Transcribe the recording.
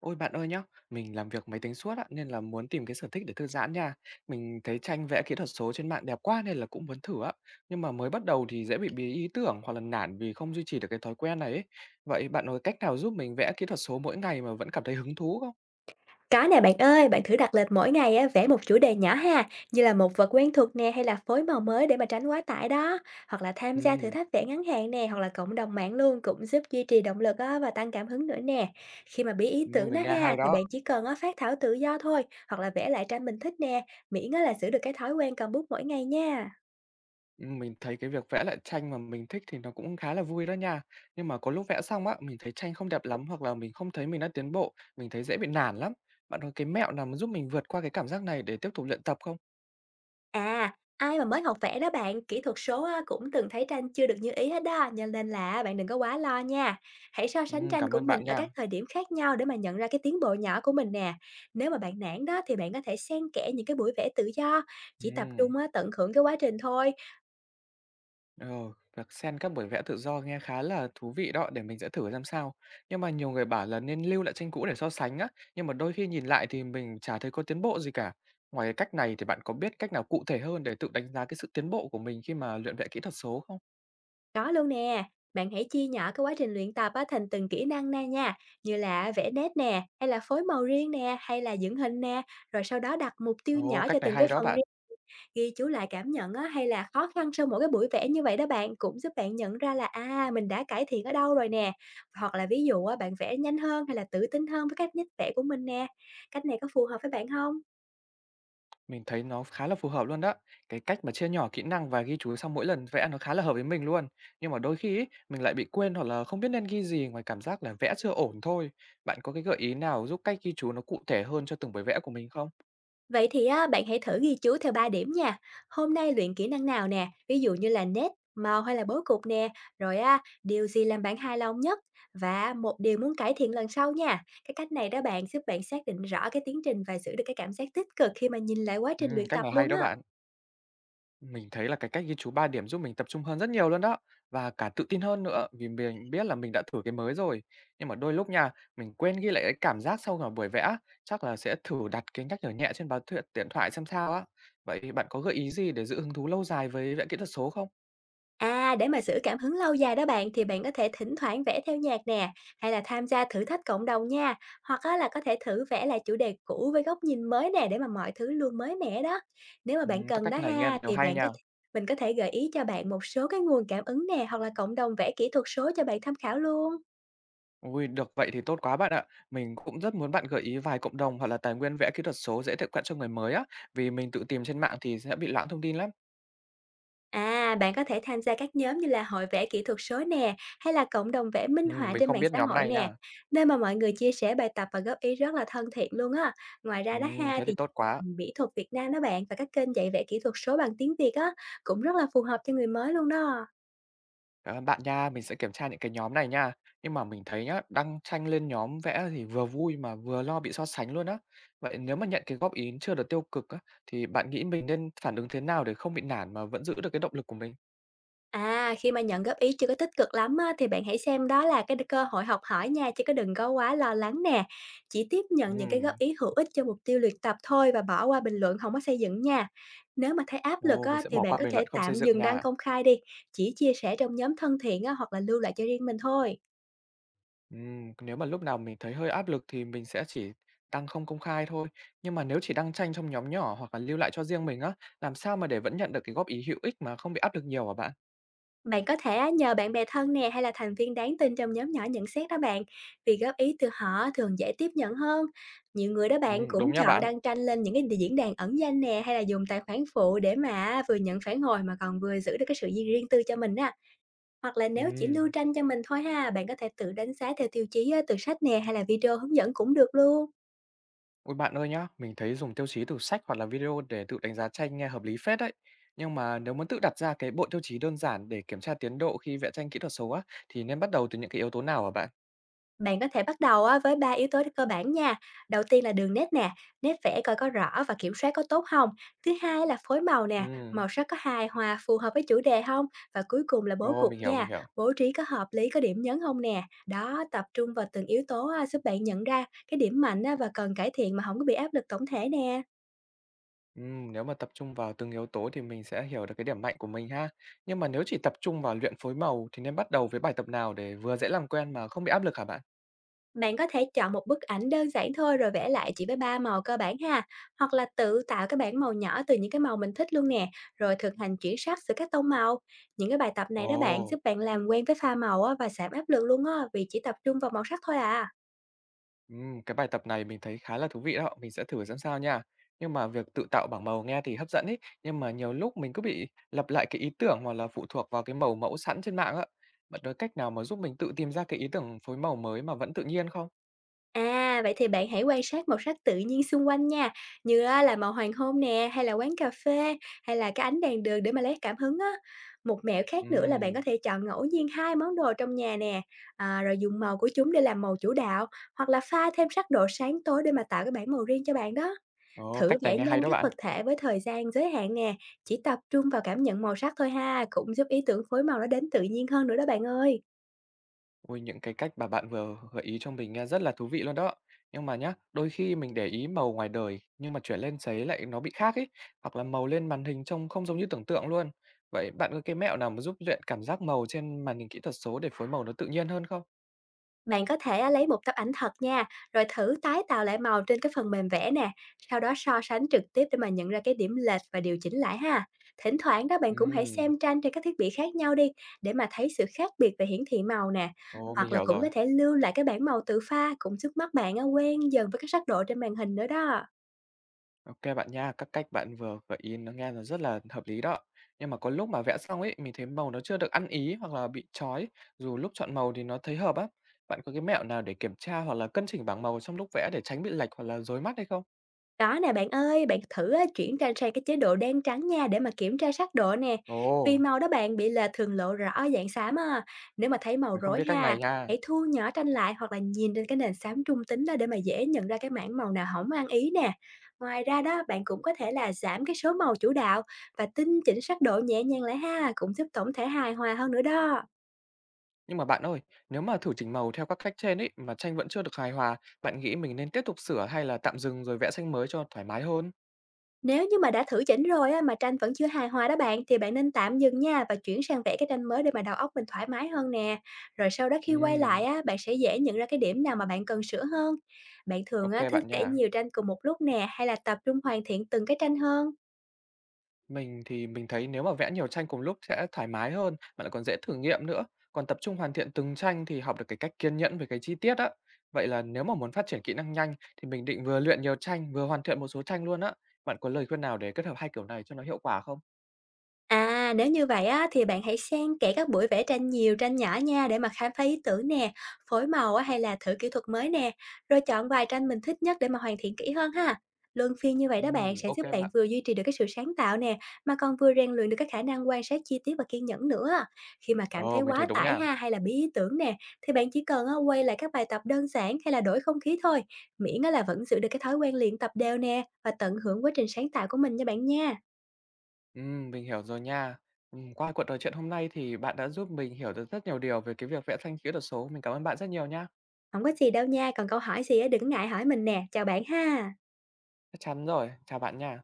Ôi bạn ơi nhá, mình làm việc máy tính suốt á, nên là muốn tìm cái sở thích để thư giãn nha. Mình thấy tranh vẽ kỹ thuật số trên mạng đẹp quá nên là cũng muốn thử á. Nhưng mà mới bắt đầu thì dễ bị bí ý tưởng hoặc là nản vì không duy trì được cái thói quen này ấy. Vậy bạn có cách nào giúp mình vẽ kỹ thuật số mỗi ngày mà vẫn cảm thấy hứng thú không? Có nè bạn ơi, bạn thử đặt lịch mỗi ngày á, vẽ một chủ đề nhỏ ha, như là một vật quen thuộc nè hay là phối màu mới để mà tránh quá tải đó. Hoặc là tham gia thử Ừ, thách vẽ ngắn hạn nè, hoặc là cộng đồng mạng luôn cũng giúp duy trì động lực á, và tăng cảm hứng nữa nè. Khi mà bí ý ừ, tưởng đó mình nghe ha, hay thì đó. bạn chỉ cần á, phát thảo tự do thôi, hoặc là vẽ lại tranh mình thích nè, miễn á, là giữ được cái thói quen cầm bút mỗi ngày nha. Ừ, mình thấy cái việc vẽ lại tranh mà mình thích thì nó cũng khá là vui đó nha. Nhưng mà có lúc vẽ xong á, mình thấy tranh không đẹp lắm hoặc là mình không thấy mình đã tiến bộ, mình thấy dễ bị nản lắm. Bạn có cái mẹo nào mà giúp mình vượt qua cái cảm giác này để tiếp tục luyện tập không? À, ai mà mới học vẽ đó bạn, kỹ thuật số á, cũng từng thấy tranh chưa được như ý hết đó, cho nên là bạn đừng có quá lo nha. Hãy so sánh tranh Cảm của ơn mình bạn ở các nha. thời điểm khác nhau để mà nhận ra cái tiến bộ nhỏ của mình nè. Nếu mà bạn nản đó thì bạn có thể xen kẽ những cái buổi vẽ tự do, chỉ tập Ừm, trung á, tận hưởng cái quá trình thôi. ừ, việc xen các buổi vẽ tự do nghe khá là thú vị đó, để mình sẽ thử xem sao. Nhưng mà nhiều người bảo là nên lưu lại tranh cũ để so sánh á, nhưng mà đôi khi nhìn lại thì mình chả thấy có tiến bộ gì cả. Ngoài cái cách này thì bạn có biết cách nào cụ thể hơn để tự đánh giá cái sự tiến bộ của mình khi mà luyện vẽ kỹ thuật số không? Có luôn nè. Bạn hãy chia nhỏ cái quá trình luyện tập á, thành từng kỹ năng nè nha, như là vẽ nét nè, hay là phối màu riêng nè, hay là dựng hình nè, rồi sau đó đặt mục tiêu Ồ, nhỏ cho cách này từng cái hay đó phần bạn. riêng. Ghi chú lại cảm nhận á, hay là khó khăn sau mỗi cái buổi vẽ như vậy đó bạn, cũng giúp bạn nhận ra là, à, mình đã cải thiện ở đâu rồi nè. Hoặc là ví dụ á, bạn vẽ nhanh hơn hay là tự tin hơn với cách nét vẽ của mình nè. Cách này có phù hợp với bạn không? Mình thấy nó khá là phù hợp luôn đó. Cái cách mà chia nhỏ kỹ năng và ghi chú sau mỗi lần vẽ nó khá là hợp với mình luôn. Nhưng mà đôi khi ấy, mình lại bị quên hoặc là không biết nên ghi gì ngoài cảm giác là vẽ chưa ổn thôi. Bạn có cái gợi ý nào giúp cách ghi chú nó cụ thể hơn cho từng bài vẽ của mình không? Vậy thì á, bạn hãy thử ghi chú theo 3 điểm nha. Hôm nay luyện kỹ năng nào nè, ví dụ như là nét, màu hay là bố cục nè, rồi á, điều gì làm bạn hài lòng nhất và một điều muốn cải thiện lần sau nha. Cái cách này đó bạn, giúp bạn xác định rõ cái tiến trình và giữ được cái cảm giác tích cực khi mà nhìn lại quá Ừ, trình luyện cách tập này luôn hay đó á. bạn. Mình thấy là cái cách ghi chú 3 điểm giúp mình tập trung hơn rất nhiều luôn đó và cả tự tin hơn nữa vì mình biết là mình đã thử cái mới rồi. Nhưng mà đôi lúc nha, mình quên ghi lại cái cảm giác sau cả buổi vẽ, chắc là sẽ thử đặt cái nhắc nhở nhẹ trên báo thiện điện thoại xem sao á. Vậy bạn có gợi ý gì để giữ hứng thú lâu dài với vẽ kỹ thuật số không? À, để mà giữ cảm hứng lâu dài đó bạn thì bạn có thể thỉnh thoảng vẽ theo nhạc nè, hay là tham gia thử thách cộng đồng nha, hoặc á, là có thể thử vẽ lại chủ đề cũ với góc nhìn mới nè để mà mọi thứ luôn mới mẻ đó. Nếu mà bạn Các cần đó cách này nghe ha đều thì hay bạn có nha. thể, mình có thể gợi ý cho bạn một số cái nguồn cảm ứng nè hoặc là cộng đồng vẽ kỹ thuật số cho bạn tham khảo luôn. Ui, được vậy thì tốt quá bạn ạ. Mình cũng rất muốn bạn gợi ý vài cộng đồng hoặc là tài nguyên vẽ kỹ thuật số dễ tiếp cận cho người mới á, vì mình tự tìm trên mạng thì sẽ bị loãng thông tin lắm. À, bạn có thể tham gia các nhóm như là hội vẽ kỹ thuật số nè, hay là cộng đồng vẽ minh họa Mình trên không mạng biết xã nhóm hội này nè, nha. nơi mà mọi người chia sẻ bài tập và góp ý rất là thân thiện luôn á. Ngoài ra đó ha Thế thì thì tốt quá. mỹ thuật Việt Nam đó bạn và các kênh dạy vẽ kỹ thuật số bằng tiếng Việt á cũng rất là phù hợp cho người mới luôn đó. Ờ, bạn nha, mình sẽ kiểm tra những cái nhóm này nha. Nhưng mà mình thấy nhá, đăng tranh lên nhóm vẽ thì vừa vui mà vừa lo bị so sánh luôn á. Vậy nếu mà nhận cái góp ý chưa được tiêu cực á, thì bạn nghĩ mình nên phản ứng thế nào để không bị nản mà vẫn giữ được cái động lực của mình? À, khi mà nhận góp ý chưa có tích cực lắm á, thì bạn hãy xem đó là cái cơ hội học hỏi nha, chứ có đừng có quá lo lắng nè. Chỉ tiếp nhận những cái góp Ừm, ý hữu ích cho mục tiêu luyện tập thôi và bỏ qua bình luận không có xây dựng nha. Nếu mà thấy áp lực Ồ, mình á, sẽ thì bỏ bạn qua có bình thể luận không xây tạm dựng dừng đăng nha. công khai đi, chỉ chia sẻ trong nhóm thân thiện á, hoặc là lưu lại cho riêng mình thôi. Nếu mà lúc nào mình thấy hơi áp lực thì mình sẽ chỉ đăng không công khai thôi. Nhưng mà nếu chỉ đăng tranh trong nhóm nhỏ hoặc là lưu lại cho riêng mình á, làm sao mà để vẫn nhận được cái góp ý hữu ích mà không bị áp lực nhiều hả bạn? Bạn có thể á, nhờ bạn bè thân nè hay là thành viên đáng tin trong nhóm nhỏ nhận xét đó bạn, vì góp ý từ họ thường dễ tiếp nhận hơn. Nhiều người đó bạn cũng Đúng nha chọn bạn. đăng tranh lên những cái diễn đàn ẩn danh nè hay là dùng tài khoản phụ để mà vừa nhận phản hồi mà còn vừa giữ được cái sự riêng tư cho mình á. Hoặc là nếu chỉ Ừm. lưu tranh cho mình thôi ha, bạn có thể tự đánh giá theo tiêu chí á, từ sách nè hay là video hướng dẫn cũng được luôn. Ôi bạn ơi nhá, mình thấy dùng tiêu chí từ sách hoặc là video để tự đánh giá tranh nghe hợp lý phết đấy. Nhưng mà nếu muốn tự đặt ra cái bộ tiêu chí đơn giản để kiểm tra tiến độ khi vẽ tranh kỹ thuật số á, thì nên bắt đầu từ những cái yếu tố nào hả bạn? Bạn có thể bắt đầu á, với 3 yếu tố cơ bản nha. Đầu tiên là đường nét nè, nét vẽ coi có rõ và kiểm soát có tốt không. Thứ hai là phối màu nè, Ừ, màu sắc có hài hòa, phù hợp với chủ đề không. Và cuối cùng là bố ồ cục mình hiểu, nha, mình hiểu. bố trí có hợp lý, có điểm nhấn không nè. Đó, tập trung vào từng yếu tố á, giúp bạn nhận ra cái điểm mạnh á, và cần cải thiện mà không có bị áp lực tổng thể nè. Nếu mà tập trung vào từng yếu tố thì mình sẽ hiểu được cái điểm mạnh của mình ha. Nhưng mà nếu chỉ tập trung vào luyện phối màu thì nên bắt đầu với bài tập nào để vừa dễ làm quen mà không bị áp lực hả bạn? Bạn có thể chọn một bức ảnh đơn giản thôi rồi vẽ lại chỉ với ba màu cơ bản ha, hoặc là tự tạo cái bảng màu nhỏ từ những cái màu mình thích luôn nè, rồi thực hành chuyển sắc giữa các tông màu. Những cái bài tập này đó bạn Ồ, giúp bạn làm quen với pha màu á, và giảm áp lực luôn á, vì chỉ tập trung vào màu sắc thôi à. ừm, cái bài tập này mình thấy khá là thú vị đó, mình sẽ thử xem sao nha. Nhưng mà việc tự tạo bảng màu nghe thì hấp dẫn ấy, nhưng mà nhiều lúc mình cứ bị lặp lại cái ý tưởng hoặc là phụ thuộc vào cái màu mẫu sẵn trên mạng á. Bạn có cách nào mà giúp mình tự tìm ra cái ý tưởng phối màu mới mà vẫn tự nhiên không? À, vậy thì bạn hãy quan sát màu sắc tự nhiên xung quanh nha, như á là màu hoàng hôn nè, hay là quán cà phê, hay là cái ánh đèn đường để mà lấy cảm hứng á. Một mẹo khác nữa là bạn có Ừm, thể chọn ngẫu nhiên hai món đồ trong nhà nè, à, rồi dùng màu của chúng để làm màu chủ đạo, hoặc là pha thêm sắc độ sáng tối để mà tạo cái bảng màu riêng cho bạn đó. ồ, Thử cách này vẽ nghe hay nhanh đó các bạn. vật thể với thời gian giới hạn nè, chỉ tập trung vào cảm nhận màu sắc thôi ha, cũng giúp ý tưởng phối màu nó đến tự nhiên hơn nữa đó bạn ơi. Ôi, những cái cách mà bạn vừa gợi ý cho mình nghe rất là thú vị luôn đó. Nhưng mà nhá, đôi khi mình để ý màu ngoài đời nhưng mà chuyển lên giấy lại nó bị khác ấy, hoặc là màu lên màn hình trông không giống như tưởng tượng luôn. Vậy bạn có cái mẹo nào mà giúp luyện cảm giác màu trên màn hình kỹ thuật số để phối màu nó tự nhiên hơn không? Bạn có thể, a, lấy một tấm ảnh thật nha, rồi thử tái tạo lại màu trên cái phần mềm vẽ nè, sau đó so sánh trực tiếp để mà nhận ra cái điểm lệch và điều chỉnh lại ha. Thỉnh thoảng đó bạn cũng hãy Ừm, xem tranh trên các thiết bị khác nhau đi, để mà thấy sự khác biệt về hiển thị màu nè. ồ, mình Hoặc là hiểu cũng có rồi. thể lưu lại cái bảng màu tự pha cũng giúp mắt bạn á quen dần với các sắc độ trên màn hình nữa đó. OK bạn nha, các cách bạn vừa gợi ý nó nghe nó rất là hợp lý đó. Nhưng mà có lúc mà vẽ xong ấy, mình thấy màu nó chưa được ăn ý hoặc là bị chói, dù lúc chọn màu thì nó thấy hợp á. Bạn có cái mẹo nào để kiểm tra hoặc là cân chỉnh bảng màu trong lúc vẽ để tránh bị lệch hoặc là rối mắt hay không? Đó nè bạn ơi, bạn thử á, chuyển tranh sang cái chế độ đen trắng nha để mà kiểm tra sắc độ nè. Vì Ồ, màu đó bạn bị lệch thường lộ rõ ở dạng xám á. Nếu mà thấy màu mình không rối biết cách ha, này nha. hãy thu nhỏ tranh lại hoặc là nhìn trên cái nền xám trung tính đó để mà dễ nhận ra cái mảng màu nào hỏng ăn ý nè. Ngoài ra đó, bạn cũng có thể là giảm cái số màu chủ đạo và tinh chỉnh sắc độ nhẹ nhàng lại ha, cũng giúp tổng thể hài hòa hơn nữa đó. Nhưng mà bạn ơi, nếu mà thử chỉnh màu theo các cách trên ấy mà tranh vẫn chưa được hài hòa, bạn nghĩ mình nên tiếp tục sửa hay là tạm dừng rồi vẽ tranh mới cho thoải mái hơn? Nếu như mà đã thử chỉnh rồi á, mà tranh vẫn chưa hài hòa đó bạn, thì bạn nên tạm dừng nha và chuyển sang vẽ cái tranh mới để mà đầu óc mình thoải mái hơn nè. Rồi sau đó khi quay lại Ừm, á, bạn sẽ dễ nhận ra cái điểm nào mà bạn cần sửa hơn. Bạn thường á, OK thích bạn vẽ nha. nhiều tranh cùng một lúc nè hay là tập trung hoàn thiện từng cái tranh hơn? Mình thì mình thấy nếu mà vẽ nhiều tranh cùng lúc sẽ thoải mái hơn, mà lại còn dễ thử nghiệm nữa. Còn tập trung hoàn thiện từng tranh thì học được cái cách kiên nhẫn với cái chi tiết á. Vậy là nếu mà muốn phát triển kỹ năng nhanh thì mình định vừa luyện nhiều tranh, vừa hoàn thiện một số tranh luôn á. Bạn có lời khuyên nào để kết hợp hai kiểu này cho nó hiệu quả không? À, nếu như vậy á, thì bạn hãy xen kẽ các buổi vẽ tranh nhiều, tranh nhỏ nha để mà khám phá ý tưởng nè, phối màu á, hay là thử kỹ thuật mới nè, rồi chọn vài tranh mình thích nhất để mà hoàn thiện kỹ hơn ha. Luân phiên như vậy đó bạn sẽ giúp ok bạn bạn. vừa duy trì được cái sự sáng tạo nè, mà còn vừa rèn luyện được cái khả năng quan sát chi tiết và kiên nhẫn nữa. Khi mà cảm thấy Ồ, mình thấy quá đúng tải nha. ha hay là bí ý tưởng nè, thì bạn chỉ cần á, quay lại các bài tập đơn giản hay là đổi không khí thôi, miễn á là vẫn giữ được cái thói quen luyện tập đều nè và tận hưởng quá trình sáng tạo của mình nha bạn nha. Mình hiểu rồi nha. Qua cuộc trò chuyện hôm nay thì bạn đã giúp mình hiểu được rất nhiều điều về cái việc vẽ tranh kỹ thuật số. Mình cảm ơn bạn rất nhiều nha. Không có gì đâu nha, còn câu hỏi gì á đừng ngại hỏi mình nè. Chào bạn ha. Chắc chắn rồi. Chào bạn nha.